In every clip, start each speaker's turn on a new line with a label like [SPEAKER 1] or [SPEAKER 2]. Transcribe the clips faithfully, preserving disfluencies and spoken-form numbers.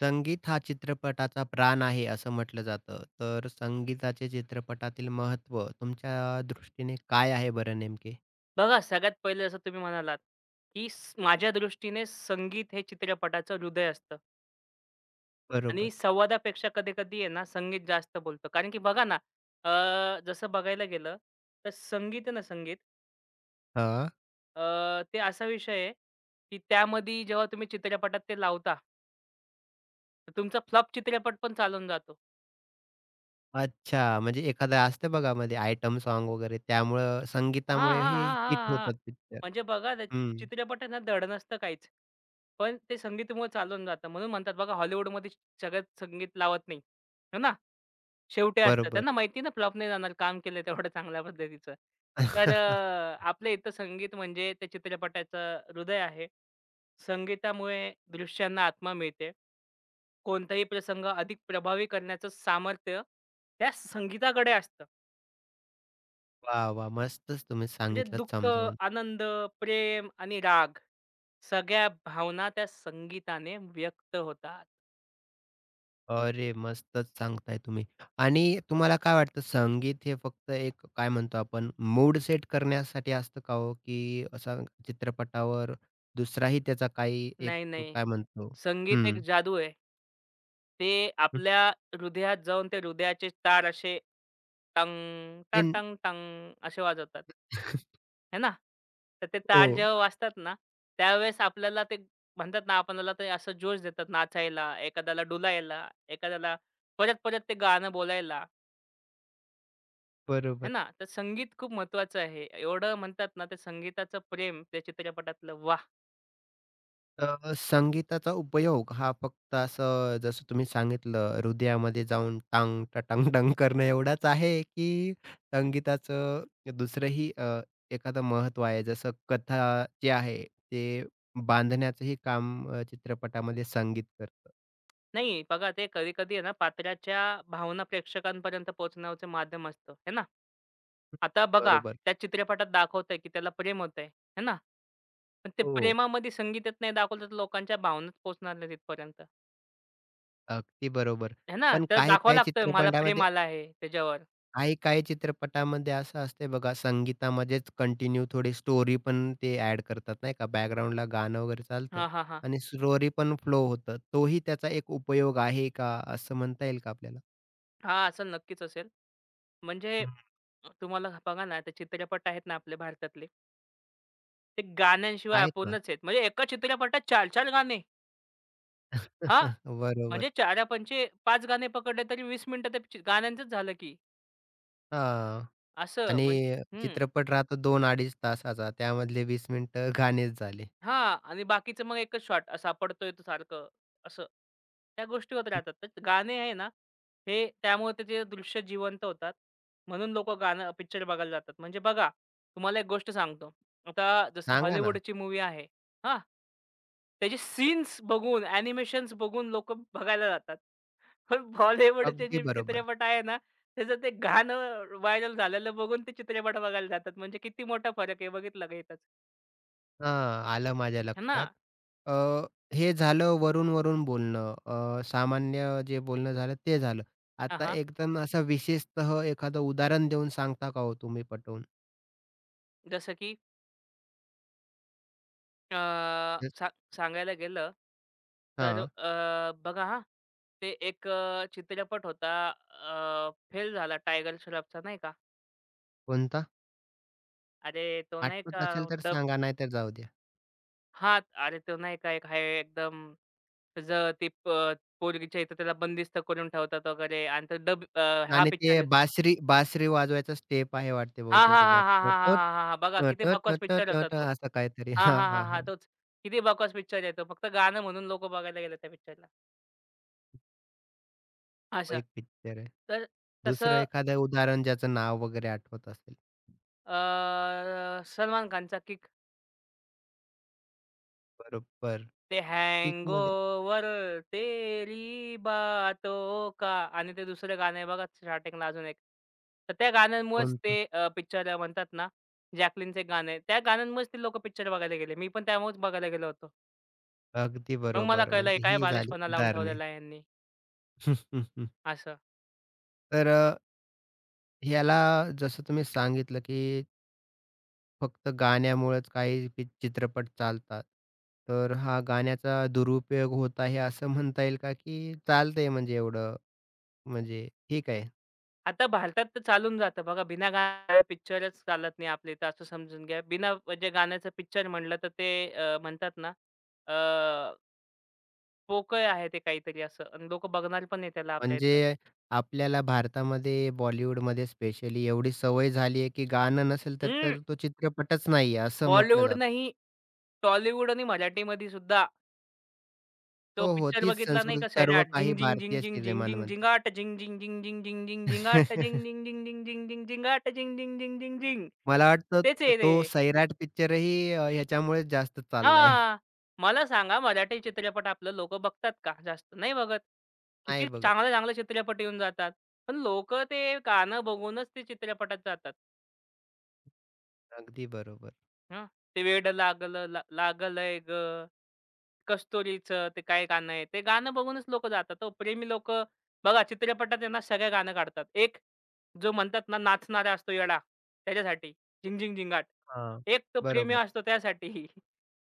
[SPEAKER 1] संगीत हा चित्रपटाचा प्राण आहे असं म्हटलं जातं. तर संगीताचे चित्रपटातील महत्त्व तुमच्या दृष्टीने काय आहे बरं नेमके?
[SPEAKER 2] बघा, सगळ्यात पहिलं जसं तुम्ही म्हणालात, की स माझ्या दृष्टीने संगीत हे चित्रपटाचं हृदय असतं आणि
[SPEAKER 1] बरोबर.
[SPEAKER 2] संवादापेक्षा कधी-कधी आहे ना, संगीत जास्त बोलतं. कारण की बघा ना, अ, जसं बघायला गेलं, तर संगीत आहे ना संगीत
[SPEAKER 1] हां.
[SPEAKER 2] अ, ते असा विषय आहे, की त्यामध्ये जेव्हा तुम्ही चित्रपटात ते लावता, तर तुमचा फ्लॉप चित्रपट पण चालून जातो.
[SPEAKER 1] अच्छा. म्हणजे एखादं असतं बघा मध्ये आयटम सॉन्ग वगैरे त्यामुळं
[SPEAKER 2] हां, हां,
[SPEAKER 1] संगीतामुळेही
[SPEAKER 2] हां,
[SPEAKER 1] हिट
[SPEAKER 2] हां, हां.
[SPEAKER 1] होतात पिक्चर.
[SPEAKER 2] म्हणजे बघा ते
[SPEAKER 1] हं.
[SPEAKER 2] चित्रपट आहे ना धड नसतं काहीच. पण ते संगीतामुळे चालून जातं. म्हणून म्हणतात बघा हॉलिवूडमध्ये सगळ्यात संगीत लावत नाही. आहे ना? शेवटी असतं.
[SPEAKER 1] बरोबर.
[SPEAKER 2] त्यांना माहिती ना फ्लॉप नाही जाणार काम केलं तेवढं चांगल्या पद्धतीचं. तर अ, आपल्या इथं संगीत म्हणजे त्या चित्रपटाचं हृदय आहे. संगीतामुळे दृश्यांना आत्मा मिळते. कोणताही प्रसंग अधिक प्रभावी करण्याचं सामर्थ्य त्या संगीताकडे असतं.
[SPEAKER 1] वाह! वाह! मस्तच तुम्ही
[SPEAKER 2] म्हणजे
[SPEAKER 1] सांगितलत
[SPEAKER 2] दुःख,
[SPEAKER 1] समजावून.
[SPEAKER 2] आनंद, प्रेम आणि राग सगळ्या भावना त्या संगीताने व्यक्त होतात.
[SPEAKER 1] अरे, मस्तच सांगताय तुम्ही. आणि तुम्हाला काय वाटतं संगीत हे फक्त एक काय म्हणतो आपण मूड सेट करण्यासाठी असतं का हो? की असा चित्रपटावर दुसराही त्याचा काही एक
[SPEAKER 2] नाही, नाही.
[SPEAKER 1] काय म्हणतो
[SPEAKER 2] संगीत एक
[SPEAKER 1] हं,
[SPEAKER 2] जादू आहे. ते
[SPEAKER 1] हं.
[SPEAKER 2] आपल्या हृदयात जाऊन ते हृदयाचे तार असे टंग, टा
[SPEAKER 1] ते न-
[SPEAKER 2] टंग टंग असे वाजवतात. है ना? तर ते
[SPEAKER 1] हो,
[SPEAKER 2] तार जेव्हा वाजतात ना, त्यावेळेस आपल्याला ते म्हणतात ना, आपल्याला ते असं जोश देतात नाचायला, एखाद्याला डुलायला, एखाद्याला परत-परत ते गाणं बोलायला. है
[SPEAKER 1] बरोबर.
[SPEAKER 2] ना? तर संगीत खूप महत्वाचं आहे. एवढं म्हणतात ना, ते संगीताचं प्रेम त्या चित्रपटातलं वाह!
[SPEAKER 1] अ, संगीताचा उपयोग हा फक्त असं जसं तुम्ही सांगितलं हृदयामध्ये जाऊन टांग टटांग टंग करणं एवढाच आहे, की संगीताचं दुसरंही अ, एखादं महत्त्व आहे. जसं कथा जे आहे ते बांधण्याचंही काम अ, चित्रपटामध्ये संगीत करतं.
[SPEAKER 2] नाही बघा ते कधी-कधी आहे ना, पात्राच्या भावना प्रेक्षकांपर्यंत पोहोचण्याचं माध्यम असतं, है ना? आता बघा
[SPEAKER 1] बरोबर.
[SPEAKER 2] त्या चित्रपटात दाखवतंय, की त्याला प्रेम होतंय, है ना? पण ते
[SPEAKER 1] हो,
[SPEAKER 2] प्रेमामध्ये संगीतात नाही दाखवलं, तर लोकांच्या भावनाच पोहोचणार नाही तिथपर्यंत,
[SPEAKER 1] अगदी बरोबर.
[SPEAKER 2] है ना?
[SPEAKER 1] पण
[SPEAKER 2] तर दाखवावं
[SPEAKER 1] काही-काही
[SPEAKER 2] लागतं मला प्रेम
[SPEAKER 1] चित्रपटामध्ये
[SPEAKER 2] आला आहे त्याच्यावर.
[SPEAKER 1] काही काही चित्रपटामध्ये असं असते बघा संगीतामध्येच कंटिन्यू थोडी स्टोरी पण ते ॲड करतात नाही का बॅकग्राऊंडला गाणं वगैरे चालतं
[SPEAKER 2] हां, हां, हां.
[SPEAKER 1] आणि स्टोरी पण फ्लो होतं. तोही त्याचा एक उपयोग आहे का असं म्हणता येईल का आपल्याला?
[SPEAKER 2] हां, असेल नक्कीच असेल. म्हणजे
[SPEAKER 1] हं.
[SPEAKER 2] तुम्हाला बघा ना, ते चित्रपट आहेत ना आपल्या भारतातले ते गाण्यांशिवाय
[SPEAKER 1] आहेत ना.
[SPEAKER 2] अपूर्णच आहेत. म्हणजे एका चित्रपटात चार चार गाणे. हां, म्हणजे
[SPEAKER 1] बरोबर.
[SPEAKER 2] चारा पंचे पाच गाणे पकडले तरी वीस मिनिटं ते पिक्चर- गाण्यांचंच झालं की
[SPEAKER 1] हां.
[SPEAKER 2] असं
[SPEAKER 1] आणि
[SPEAKER 2] म्हणजे हं.
[SPEAKER 1] चित्रपट राहतो दोन ते अडीच तासाचा त्यामधले वीस मिनिटं गाणेच झाले.
[SPEAKER 2] हां. आणि बाकीचं मग एकच शॉट सापडतोय तो सारखं असं. त्या गोष्टी होत राहतात. तर गाणे आहे ना, हे त्यामुळे त्याचे दृश्य जिवंत होतात. म्हणून लोकं गाणं पिक्चर बघायला जातात. म्हणजे बघा, तुम्हाला एक गोष्ट सांगतो. आता जसं
[SPEAKER 1] सांगा ना.
[SPEAKER 2] हॉलिवूडची मूव्ही आहे. हां. त्याचे सीन्स बघून, ॲनिमेशन्स बघून लोकं बघायला जातात. पण बॉलिवूडचे
[SPEAKER 1] अगदी
[SPEAKER 2] जे
[SPEAKER 1] बरोबर.
[SPEAKER 2] चित्रपट आहे ना, त्याचं ते गाणं व्हायरल झालेलं बघून ते चित्रपट बघायला जातात. म्हणजे किती मोठा फरक आहे बघितला का इथंच.
[SPEAKER 1] हां, आलं माझ्या
[SPEAKER 2] है ना?
[SPEAKER 1] लक्षात. अ, हे झालं वरून-वरून बोलणं. अ, सामान्य जे बोलणं झालं ते झालं. आता एकदम असं विशेषतः एखादं उदाहरण देऊन सांगता का हो तुम्ही पटवून?
[SPEAKER 2] जसं की अ,
[SPEAKER 1] जस
[SPEAKER 2] सा सांगायला गेलं, तर
[SPEAKER 1] हां,
[SPEAKER 2] अ, बघा हां, ते एक अ, चित्रपट होता अ, फेल झाला टायगर श्रॉफचा नाही का.
[SPEAKER 1] कोणता?
[SPEAKER 2] अरे तो नाही
[SPEAKER 1] आठवत
[SPEAKER 2] का
[SPEAKER 1] असेल तर
[SPEAKER 2] डब
[SPEAKER 1] सांगा, नाहीतर जाऊ द्या.
[SPEAKER 2] हां, अरे तो नाही का एक हाय एकदम त्याचं ती प पोरगीच्या इथं त्याला बंदिस्त करून ठेवतात वगैरे आणि तो डब अ, हा
[SPEAKER 1] आणि
[SPEAKER 2] पिक्चर
[SPEAKER 1] ते
[SPEAKER 2] आहे.
[SPEAKER 1] बासरी बासरी वाजवायचा स्टेप आहे वाटते
[SPEAKER 2] हां,
[SPEAKER 1] बहुतेक
[SPEAKER 2] हां, हां,
[SPEAKER 1] त्याच्यात.
[SPEAKER 2] हां, हां,
[SPEAKER 1] टट,
[SPEAKER 2] हां, हां, हां. बघा
[SPEAKER 1] टट,
[SPEAKER 2] किती बकवास
[SPEAKER 1] टट, टट,
[SPEAKER 2] पिक्चर होता
[SPEAKER 1] टट
[SPEAKER 2] तो.
[SPEAKER 1] असं काहीतरी.
[SPEAKER 2] हां,
[SPEAKER 1] हां,
[SPEAKER 2] हां, हां,
[SPEAKER 1] हां,
[SPEAKER 2] हां.
[SPEAKER 1] हां.
[SPEAKER 2] तोच. किती बकवास पिक्चर आहे तो. फक्त गाणं म्हणून लोकं बघायला गेले त्या पिक्चरला.
[SPEAKER 1] तो
[SPEAKER 2] असं.
[SPEAKER 1] एक पिक्चर आहे.
[SPEAKER 2] तर
[SPEAKER 1] दुसरं
[SPEAKER 2] तसं
[SPEAKER 1] एखादं उदाहरण ज्याचं नाव वगैरे आठवत असेल.
[SPEAKER 2] अ, सलमान खानचा किक
[SPEAKER 1] बरोबर.
[SPEAKER 2] ते
[SPEAKER 1] किकमध्ये
[SPEAKER 2] हँगओव्हर तेरी बातों का आणि ते दुसरं गाणं आहे बघा स्टार्टिंगला अजून एक. तर त्या गाण्यांमुळेच
[SPEAKER 1] कोण
[SPEAKER 2] ते अ, पिक्चर म्हणतात ना, जॅकलीनचं एक गाणं त्या गाण्यांमुळेच ते लोकं पिक्चर बघायला गेले. मी पण त्यामुळेच बघायला गेलो होतो.
[SPEAKER 1] अगदी
[SPEAKER 2] मग मला
[SPEAKER 1] बरोबर.
[SPEAKER 2] कळलं,
[SPEAKER 1] म्हणजे
[SPEAKER 2] काय
[SPEAKER 1] ही झाली
[SPEAKER 2] बालिशपणा लावून
[SPEAKER 1] उदाहरणे.
[SPEAKER 2] ठेवलेला आहे यांनी असं.
[SPEAKER 1] तर अ, ह्याला जसं तुम्ही सांगितलं, की फक्त गाण्यामुळेच काही पि चित्रपट चालतात. तर हा गाण्याचा दुरुपयोग होत आहे असं म्हणता येईल का? की चालतंय म्हणजे एवढं म्हणजे ठीक आहे.
[SPEAKER 2] आता भारतात तर चालून जातं बघा. बिना गाण्या पिक्चरच चालत नाही आपल्या इथं असं समजून घ्या. बिना म्हणजे गाण्याचं पिक्चर म्हणलं तर ते अ, म्हणतात ना अ, पोकळ आहे ते काहीतरी असं आणि लोकं बघणार पण आहे त्याला आपल्या इथं.
[SPEAKER 1] म्हणजे आपल्याला भारतामध्ये बॉलिवूडमध्ये स्पेशली एवढी सवय झाली आहे, की गाणं नसेल तर
[SPEAKER 2] हं.
[SPEAKER 1] तर तो चित्रपटच नाहीये असं म्हटलं
[SPEAKER 2] बॉलिवूड
[SPEAKER 1] जातं.
[SPEAKER 2] नाही, टॉलीवूड आणि मराठीमध्ये सुद्धा तो
[SPEAKER 1] हो, हो.
[SPEAKER 2] पिक्चर
[SPEAKER 1] तीच
[SPEAKER 2] बघितला नाही
[SPEAKER 1] संस्कृती
[SPEAKER 2] का
[SPEAKER 1] सर्व
[SPEAKER 2] सैराट.
[SPEAKER 1] काही
[SPEAKER 2] झिंग, झिंग, झिंग,
[SPEAKER 1] भारतीय
[SPEAKER 2] झिंग, झिंग, झिंग,
[SPEAKER 1] सिनेमांमध्ये.
[SPEAKER 2] झिंगाट. झिंग, झिंग, झिंग, झिंग, झिंग, झिंग, झिंगाट. झिंग, झिंग, झिंग, झिंग, झिंग, झिंग, झिंगाट. झिंग, झिंग, झिंग, झिंग, झिंग, झिंग.
[SPEAKER 1] मला
[SPEAKER 2] तेच
[SPEAKER 1] वाटतं
[SPEAKER 2] आहे ते.
[SPEAKER 1] तो सैराट पिक्चरही अ, ह्याच्यामुळेच जास्त चाललाय.
[SPEAKER 2] हां. मला सांगा मराठी चित्रपट आपलं लोकं बघतात का जास्त? नाही बघत.
[SPEAKER 1] नाही
[SPEAKER 2] किती
[SPEAKER 1] बघत.
[SPEAKER 2] चांगले-चांगले चित्रपट येऊन जातात. पण लोकं ते गाणं बघूनच ते चित्रपटात जातात.
[SPEAKER 1] अगदी बरोबर.
[SPEAKER 2] हं. ते वेड लागलं ला लागलंय गं, कस्तुरीचं ते काय गाणं आहे. ते गाणं बघूनच लोकं जातात हो. प्रेमी लोकं बघा चित्रपटात आहे सगळे गाणं काढतात. एक जो म्हणतात ना नाचणारा असतो येडा त्याच्यासाठी झिंग-झिंग झिंगाट.
[SPEAKER 1] हां,
[SPEAKER 2] एक तो प्रेमी
[SPEAKER 1] बरोबर.
[SPEAKER 2] असतो त्यासाठी,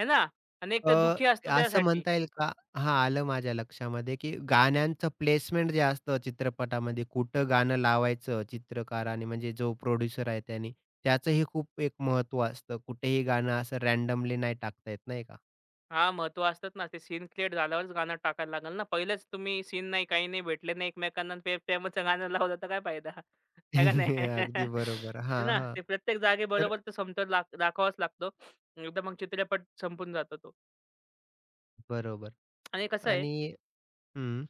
[SPEAKER 2] है ना? आणि एक
[SPEAKER 1] अ,
[SPEAKER 2] तर दुःखी असतो
[SPEAKER 1] असं
[SPEAKER 2] त्यासाठी.
[SPEAKER 1] म्हणता येईल का हां, आलं माझ्या लक्षामध्ये, की गाण्यांचं प्लेसमेंट जे असतं चित्रपटामध्ये, कुठं गाणं लावायचं चित्रकाराने म्हणजे जो प्रोड्युसर आहे त्याने, त्याचंही खूप एक महत्त्व असतं. कुठेही गाणं असं रँडमली नाही टाकता येत, नाही का?
[SPEAKER 2] हां, महत्त्व असतात ना. ते सीन क्रिएट झाल्यावरच गाणं टाकायला लागेल ना. पहिलेच तुम्ही सीन नाही, काही नाही, भेटले नाही एकमेकांना आणि प्रे प्रेमाचं गाणं लावलं तर काय फायदा? आहे का नाही?
[SPEAKER 1] अगदी बरोबर.
[SPEAKER 2] आहे
[SPEAKER 1] हां,
[SPEAKER 2] ना?
[SPEAKER 1] हां.
[SPEAKER 2] ते प्रत्येक जागी
[SPEAKER 1] तर
[SPEAKER 2] बरोबर तो समतोल दा दाखवावाच लागतो. एकदा मग चित्रपट संपून जातो तो.
[SPEAKER 1] बरोबर
[SPEAKER 2] आणि कसं आहे,
[SPEAKER 1] आणि हं,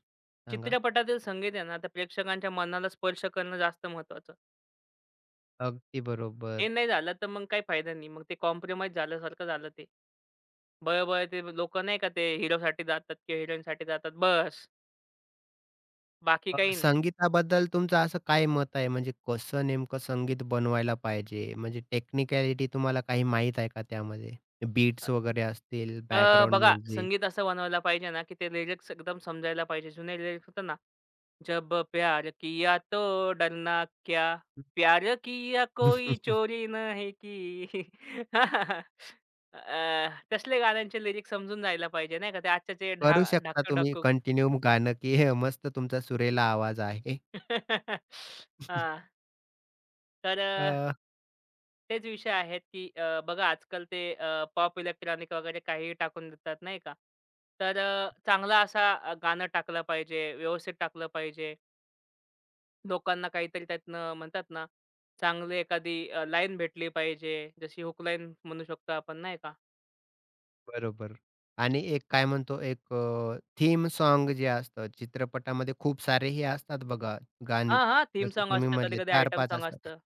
[SPEAKER 1] सांगा.
[SPEAKER 2] चित्रपटातील संगीत आहे ना, तर प्रेक्षकांच्या मनाला स्पर्श करणं जास्त महत्त्वाचं.
[SPEAKER 1] अगदी
[SPEAKER 2] ते
[SPEAKER 1] बरोबर.
[SPEAKER 2] नाही झालं तर मग काही फायदा नाही. मग ते कॉम्प्रोमाईज झाल्यासारखं झालं ते. बळं-बळं ते लोकं नाही का ते हिरोसाठी जातात किंवा हिरोईनसाठी जातात बस. बाकी
[SPEAKER 1] अ,
[SPEAKER 2] काही नाही.
[SPEAKER 1] संगीताबद्दल तुमचं असं काय मत आहे? म्हणजे कसं नेमकं संगीत बनवायला पाहिजे? म्हणजे टेक्निकॅलिटी तुम्हाला काही माहीत आहे का त्यामध्ये? बीट्स वगैरे असतील,
[SPEAKER 2] अ,
[SPEAKER 1] बॅकग्राऊंड
[SPEAKER 2] बघा
[SPEAKER 1] म्युझिक.
[SPEAKER 2] संगीत असं बनवायला पाहिजे ना, की ते लिरिक्स एकदम समजायला पाहिजे. जुने लिरिक्स होते ना, जब प्यार किया तो डरना क्या, प्यार किया कोई चोरी नहीं की. अ, तसले गाण्यांचे लिरिक्स समजून जायला पाहिजे नाही का. ते आजच्याचे
[SPEAKER 1] करू
[SPEAKER 2] ढा
[SPEAKER 1] शकता तुम्ही
[SPEAKER 2] ढाकू-ढाकू.
[SPEAKER 1] कंटिन्यू गाणं, की हे मस्त तुमचा सुरेला आवाज आहे?
[SPEAKER 2] हां, तर तेच विषय आहेत, की अ, बघा आजकाल ते अ, पॉप इलेक्ट्रॉनिक वगैरे काहीही टाकून देतात नाही का? तर अ, चांगला असा अ, गाणं टाकलं पाहिजे, व्यवस्थित टाकलं पाहिजे. लोकांना काहीतरी त्यातनं म्हणतात ना, चांगली एखादी अ, लाईन भेटली पाहिजे. जशी हुक लाईन म्हणू शकतो आपण नाही का?
[SPEAKER 1] बरोबर आणि एक काय म्हणतो एक थीम सॉन्ग जे असतं चित्रपटामध्ये खूप सारे हे असतात बघा गाणी.
[SPEAKER 2] हां, हां. थीम
[SPEAKER 1] जसं
[SPEAKER 2] सॉन्ग
[SPEAKER 1] तुम्ही
[SPEAKER 2] असतं,
[SPEAKER 1] म्हटले
[SPEAKER 2] कधी-कधी आयटम
[SPEAKER 1] चार ते पाच
[SPEAKER 2] सॉन्ग
[SPEAKER 1] असतात.
[SPEAKER 2] असतं.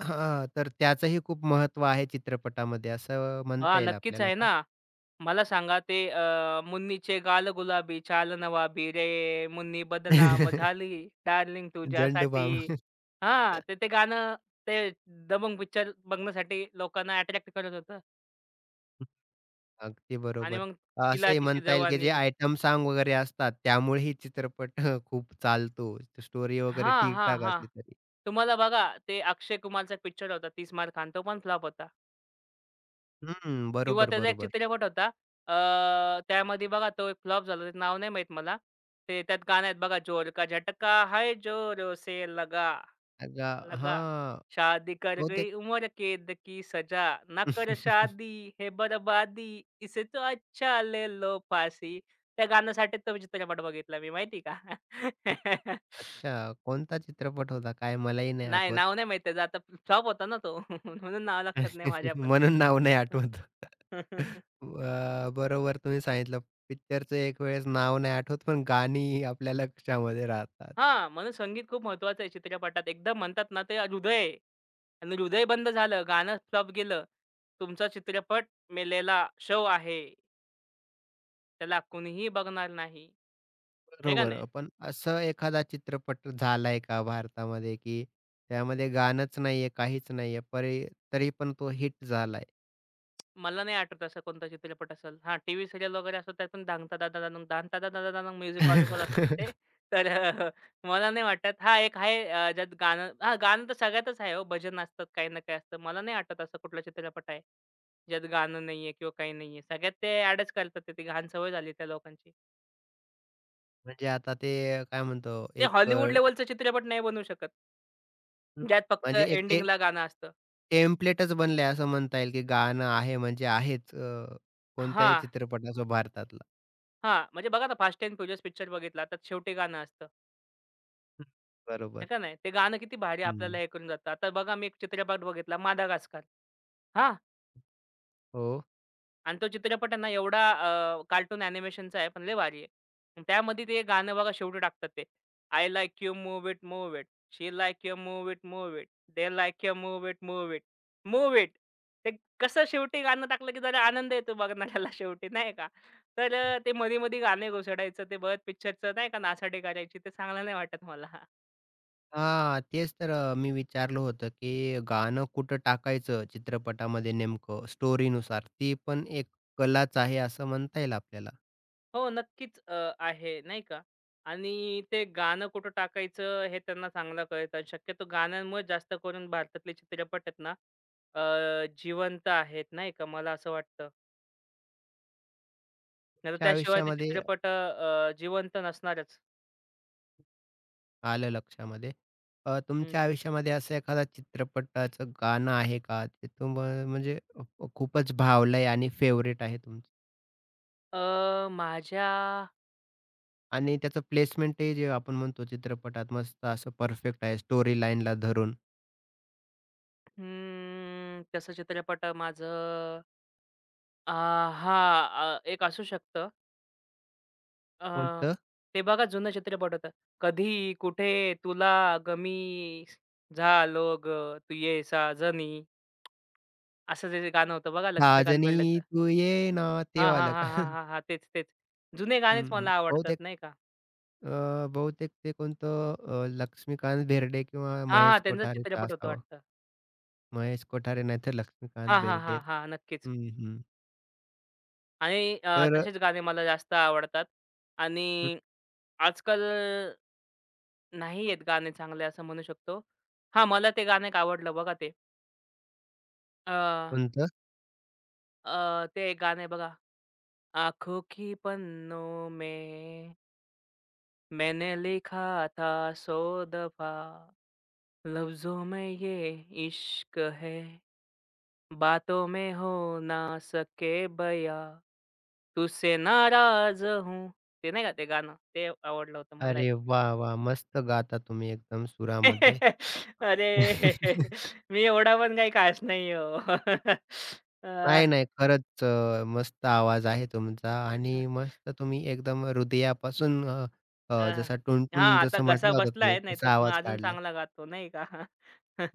[SPEAKER 1] हां, तर त्याचंही खूप महत्त्व आहे चित्रपटामध्ये असं म्हणता
[SPEAKER 2] हां,
[SPEAKER 1] येईल
[SPEAKER 2] नक्कीच
[SPEAKER 1] आपल्याला
[SPEAKER 2] आहे
[SPEAKER 1] का?
[SPEAKER 2] ना. मला सांगा ते अ, मुन्नीचे गाल गुलाबी, चाल नवाबी रे, मुन्नी बदनाम झाली, डार्लिंग तुझ्यासाठी.
[SPEAKER 1] झंडूबाम.
[SPEAKER 2] हां, तर ते गाणं ते दबंग पिक्चर बघण्यासाठी लोकांना अट्रॅक्ट करत होतं
[SPEAKER 1] अगदी
[SPEAKER 2] आणि
[SPEAKER 1] बरोबर.
[SPEAKER 2] मग
[SPEAKER 1] असंही
[SPEAKER 2] तिलाची
[SPEAKER 1] म्हणता येईल की जे
[SPEAKER 2] शेजावानी.
[SPEAKER 1] आयटम सॉन्ग वगैरे असतात त्यामुळेही चित्रपट खूप चालतो. स्टोरी वगैरे
[SPEAKER 2] हां, हां,
[SPEAKER 1] ठीक-ठाक
[SPEAKER 2] हां.
[SPEAKER 1] असली तरी.
[SPEAKER 2] तुम्हाला बघा ते अक्षय कुमारचा पिक्चर होता तीस मार खान, तो पण फ्लॉप होता.
[SPEAKER 1] हं,
[SPEAKER 2] किंवा
[SPEAKER 1] बरोबर,
[SPEAKER 2] त्याचा एक
[SPEAKER 1] बरोबर.
[SPEAKER 2] चित्रपट होता. अ, त्यामध्ये बघा तो एक फ्लॉप झाला. त्याचं नाव नाही माहीत मला. ते त्यात गाणं आहेत बघा, "जोर का झटका है जोर से लगा,
[SPEAKER 1] अग
[SPEAKER 2] लगा.
[SPEAKER 1] हां,
[SPEAKER 2] शादी कर
[SPEAKER 1] बहुतेक
[SPEAKER 2] गई उमर कैद की सजा. ना कर शादी हे बरबादी इसे तो अच्छा ले लो फासी." त्या गाण्यासाठी तो चित्रपट बघितला मी माहिती का?
[SPEAKER 1] अच्छा, कोणता चित्रपट होता काय मलाही नाही
[SPEAKER 2] नाही,
[SPEAKER 1] आठवत.
[SPEAKER 2] नाव नाही माहीत त्याचं. आता फ्लॉप होता ना तो. म्हणून नाव लक्षात नाही माझ्या पण.
[SPEAKER 1] म्हणून नाव नाही आठवत. अ, बरोबर तुम्ही सांगितलं. पिक्चरचं एक वेळेस नाव नाही आठवत, पण गाणी आपल्या लक्षामध्ये राहतात.
[SPEAKER 2] हां, म्हणून संगीत खूप महत्वाचं आहे चित्रपटात. एकदम म्हणतात ना ते हृदय आहे आणि हृदय बंद झालं, गाणं फ्लॉप गेलं, तुमचा चित्रपट मेलेला शव आहे, त्याला कुणीही बघणार नाही. आहे का
[SPEAKER 1] बरोबर.
[SPEAKER 2] नाही?
[SPEAKER 1] अ, पण असं एखादा चित्रपट झालाय का भारतामध्ये, की त्यामध्ये गाणंच नाहीये, काहीच नाहीये, परी तरी पण तो हिट झालाय?
[SPEAKER 2] मला नाही आठवत असा कोणता चित्रपट असेल. हां, टीव्ही सीरियल वगैरे असतात त्यात पण दांग तादा दादांग दांग तादा दादा दांग म्युझिक वाजत असतात ते. तर अ, मला नाही वाटत. हां, एक आहे अ, ज्यात गाणं हां, गाणं तर सगळ्यातच आहे हो. भजन असतात, काही ना काही असतं. मला नाही आठवत असा कुठला चित्रपट आहे, ज्यात गाणं नाहीये किंवा काही नाहीये. सगळ्यात ते ॲडच करतात ते. ती घाण सवय झाली त्या लोकांची.
[SPEAKER 1] म्हणजे आता ते काय म्हणतो
[SPEAKER 2] ते
[SPEAKER 1] एक अ,
[SPEAKER 2] हॉलिवूड लेव्हलचा चित्रपट नाही बनवू शकत. ज्यात फक्त
[SPEAKER 1] म्हणजे एक ते
[SPEAKER 2] एंडिंगला गाणं असतं.
[SPEAKER 1] टेम्प्लेटच बनलंय असं म्हणता येईल, की गाणं आहे म्हणजे आहेच अ, कोणत्याही
[SPEAKER 2] हां,
[SPEAKER 1] चित्रपटाचं भारतातला.
[SPEAKER 2] हां. म्हणजे बघा ना, फास्ट अँड फ्युरियस पिक्चर बघितला. त्यात शेवटी गाणं असतं.
[SPEAKER 1] हं,
[SPEAKER 2] आहे
[SPEAKER 1] बरोबर.
[SPEAKER 2] का नाही? ते गाणं किती भारी आपल्याला
[SPEAKER 1] हं.
[SPEAKER 2] हे करून जातं. आता बघा मी एक चित्रपट बघितला मादागास्कर. हां
[SPEAKER 1] हो.
[SPEAKER 2] आणि तो चित्रपट आहे ना एवढा अ, कार्टून अॅनिमेशनचा आहे, पण लय भारी आहे. अन् त्यामध्ये ते गाणं बघा शेवटी टाकतात ते. I like you move it, move it. She like you move it, move it. They like you move it, move it. Move it. ते कसं शेवटी गाणं टाकलं की जरा आनंद येतो बघणाऱ्याला शेवटी नाही का? तर अ, ते मधी-मधी गाणे घुसडायचं ते बघत पिक्चरचं नाही का नासाडी करायची ते चांगलं नाही वाटत मला.
[SPEAKER 1] हां, तेच तर अ, मी विचारलं होतं, की गाणं कुठं टाकायचं चित्रपटामध्ये नेमकं स्टोरीनुसार? ती पण एक कलाच आहे असं म्हणता येईल आपल्याला.
[SPEAKER 2] हो, नक्कीच अ, आहे नाही का? आणि ते गाणं कुठं टाकायचं हे त्यांना चांगलं कळतं आणि शक्यतो गाण्यांमुळे जास्त करून भारतातले चित्रपट आहेत ना, अ, जिवंत आहेत नाही का? मला असं वाटतं. नाहीतर
[SPEAKER 1] तुमच्या
[SPEAKER 2] त्याशिवाय ते
[SPEAKER 1] आयुष्यामध्ये
[SPEAKER 2] चित्रपट अ, जिवंत नसणारच.
[SPEAKER 1] आलं लक्षामध्ये. अ, तुमच्या
[SPEAKER 2] हं.
[SPEAKER 1] आयुष्यामध्ये असं एखादा चित्रपटाचं गाणं आहे का? ते तुम्हाला म्हणजे अ, खूपच भावलंय आणि फेव्हरेट आहे तुमचं?
[SPEAKER 2] अ, माझ्या
[SPEAKER 1] आणि त्याचं प्लेसमेंटही जे आपण म्हणतो चित्रपटात मस्त असं परफेक्ट आहे स्टोरी लाईनला धरून.
[SPEAKER 2] हं, तसं चित्रपट माझं आहा! अ, एक असू शकतं. अ,
[SPEAKER 1] कोणतं?
[SPEAKER 2] ते बघा जुना चित्रपट होता. कधी, कुठे, तुला, गमी, झालो गं, तू ये साजनी, असं जे जे गाणं होतं बघा लक्ष्मीकांत
[SPEAKER 1] साजनी
[SPEAKER 2] बेर्डेचं.
[SPEAKER 1] तू ये ना ते
[SPEAKER 2] हां, हां,
[SPEAKER 1] वालं
[SPEAKER 2] हां,
[SPEAKER 1] का?
[SPEAKER 2] हां, हां, हां. तेच, तेच. जुने गाणेच
[SPEAKER 1] हं,
[SPEAKER 2] मला
[SPEAKER 1] हं.
[SPEAKER 2] आवडतात
[SPEAKER 1] बहुतेक
[SPEAKER 2] नाही का.
[SPEAKER 1] अ, बहुतेक ते कोणतं अ, लक्ष्मीकांत बेर्डे किंवा
[SPEAKER 2] हां, हां.
[SPEAKER 1] महेश
[SPEAKER 2] त्यांचा
[SPEAKER 1] कोठारेचं
[SPEAKER 2] चित्रपट होता
[SPEAKER 1] असावं.
[SPEAKER 2] वाटतं.
[SPEAKER 1] महेश कोठारे नाहीतर लक्ष्मीकांत
[SPEAKER 2] हां, हां,
[SPEAKER 1] बेर्डे.
[SPEAKER 2] हां, हां. नक्कीच.
[SPEAKER 1] हं, हं.
[SPEAKER 2] आणि अ,
[SPEAKER 1] तर
[SPEAKER 2] तसेच गाणे मला जास्त आवडतात आणि
[SPEAKER 1] हं,
[SPEAKER 2] आजकाल नाही आहेत गाणे चांगले असं म्हणू शकतो. हां, मला ते गाणं एक आवडलं बघा ते. अ,
[SPEAKER 1] कोणतं?
[SPEAKER 2] अ, ते एक गाणं आहे बघा आँखों की पन्नों में मैंने लिखा था सौ दफा लफ्जों में ये इश्क है बातों में हो ना सके बया तुझसे नाराज हूँ ते नाही का ते गाणं ते आवडलं होतं मला एक.
[SPEAKER 1] अरे वाह! वाह! मस्त गाता तुम्ही एकदम सुरामध्ये.
[SPEAKER 2] अरे मी एवढा पण काही खास नाही हो अं,
[SPEAKER 1] नाही, नाही. खरंच अ, मस्त आवाज आहे तुमचा आणि मस्त तुम्ही एकदम हृदयापासून अ, अ,
[SPEAKER 2] अं,
[SPEAKER 1] जसा
[SPEAKER 2] हा
[SPEAKER 1] टुणटुण
[SPEAKER 2] आता
[SPEAKER 1] जसं
[SPEAKER 2] घसा
[SPEAKER 1] म्हटलं होतं तुम्ही
[SPEAKER 2] बसलाय नाही तर
[SPEAKER 1] तसा
[SPEAKER 2] मग
[SPEAKER 1] आवाज
[SPEAKER 2] अजून
[SPEAKER 1] काढलात.
[SPEAKER 2] चांगला गातो नाही का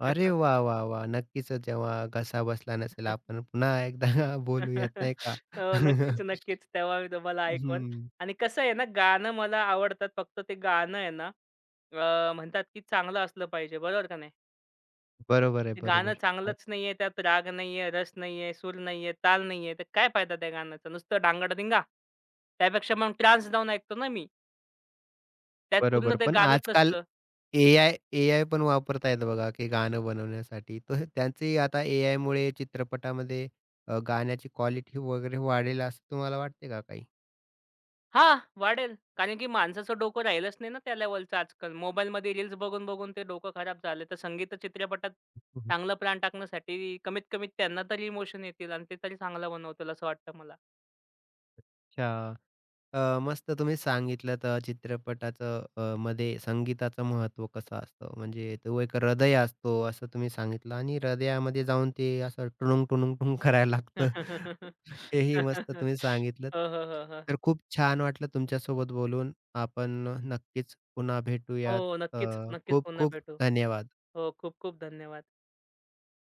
[SPEAKER 1] अरे वाह, वाह, वाह! नक्कीच जेव्हा घसा बसला नसेल आपण पुन्हा एकदा बोलूयात नाही का?
[SPEAKER 2] हो, नक्कीच, नक्कीच. तेव्हा मी तुम्हाला ऐकवल
[SPEAKER 1] हं.
[SPEAKER 2] आणि कसं आहे ना, गाणं मला आवडतात. फक्त ते गाणं आहे ना, अ, म्हणतात की चांगलं असलं पाहिजे. बरोबर का नाही?
[SPEAKER 1] बरोबर आहे,
[SPEAKER 2] ते गाणं
[SPEAKER 1] बरोबर. अ,
[SPEAKER 2] चांगलंच नाहीये, त्यात राग नाहीये, रस नाहीये, सूर नाहीये, ताल नाहीये, तर काय फायदा त्या गाण्याचा? नुसतं ढांगडधिंगा. त्यापेक्षा मग ट्रान्स जाऊन ऐकतो ना मी. त्यात पूर्ण
[SPEAKER 1] बरोबर.
[SPEAKER 2] ते
[SPEAKER 1] पण
[SPEAKER 2] गाणंच
[SPEAKER 1] आजकाल
[SPEAKER 2] नसतं.
[SPEAKER 1] एआय एआय पण वापरत बघा, की गाणं बनवण्यासाठी. तर त्यांचेही आता एआयमुळे चित्रपटामध्ये अ, गाण्याची क्वालिटी वगैरे वाढेल असं तुम्हाला वाटते का काही?
[SPEAKER 2] हां, वाढेल. कारण की माणसाचं डोकं राहिलंच नाही ना त्या लेव्हलचं आजकाल. मोबाईलमध्ये रील्स बघून-बघून ते डोकं खराब झालं. तर संगीत चित्रपटात
[SPEAKER 1] हं, हं.
[SPEAKER 2] चांगलं प्राण टाकण्यासाठी कमीत कमी त्यांना तरी इमोशन येतील आणि ते तरी चांगलं बनवतील असं वाटतं मला.
[SPEAKER 1] अच्छा. अ, मस्त तुम्ही सांगितलंत अ, चित्रपटाचं अ, मध्ये संगीताचं महत्त्व कसं असतं. म्हणजे तो एक हृदय असतो असं तुम्ही सांगितलं आणि हृदयामध्ये जाऊन ते असं टुणुंग, टुणुंग, टुंग करायला लागतं. हेही मस्त तुम्ही सांगितलंत.
[SPEAKER 2] हो, हो, हो, हो.
[SPEAKER 1] तर खूप छान वाटलं तुमच्यासोबत बोलून. आपण नक्कीच पुन्हा
[SPEAKER 2] हो,
[SPEAKER 1] भेटूयात. अ,
[SPEAKER 2] नक्कीच, नक्कीच
[SPEAKER 1] खूप
[SPEAKER 2] पुन्हा
[SPEAKER 1] खूप
[SPEAKER 2] भेटू.
[SPEAKER 1] धन्यवाद.
[SPEAKER 2] हो, खूप खूप धन्यवाद.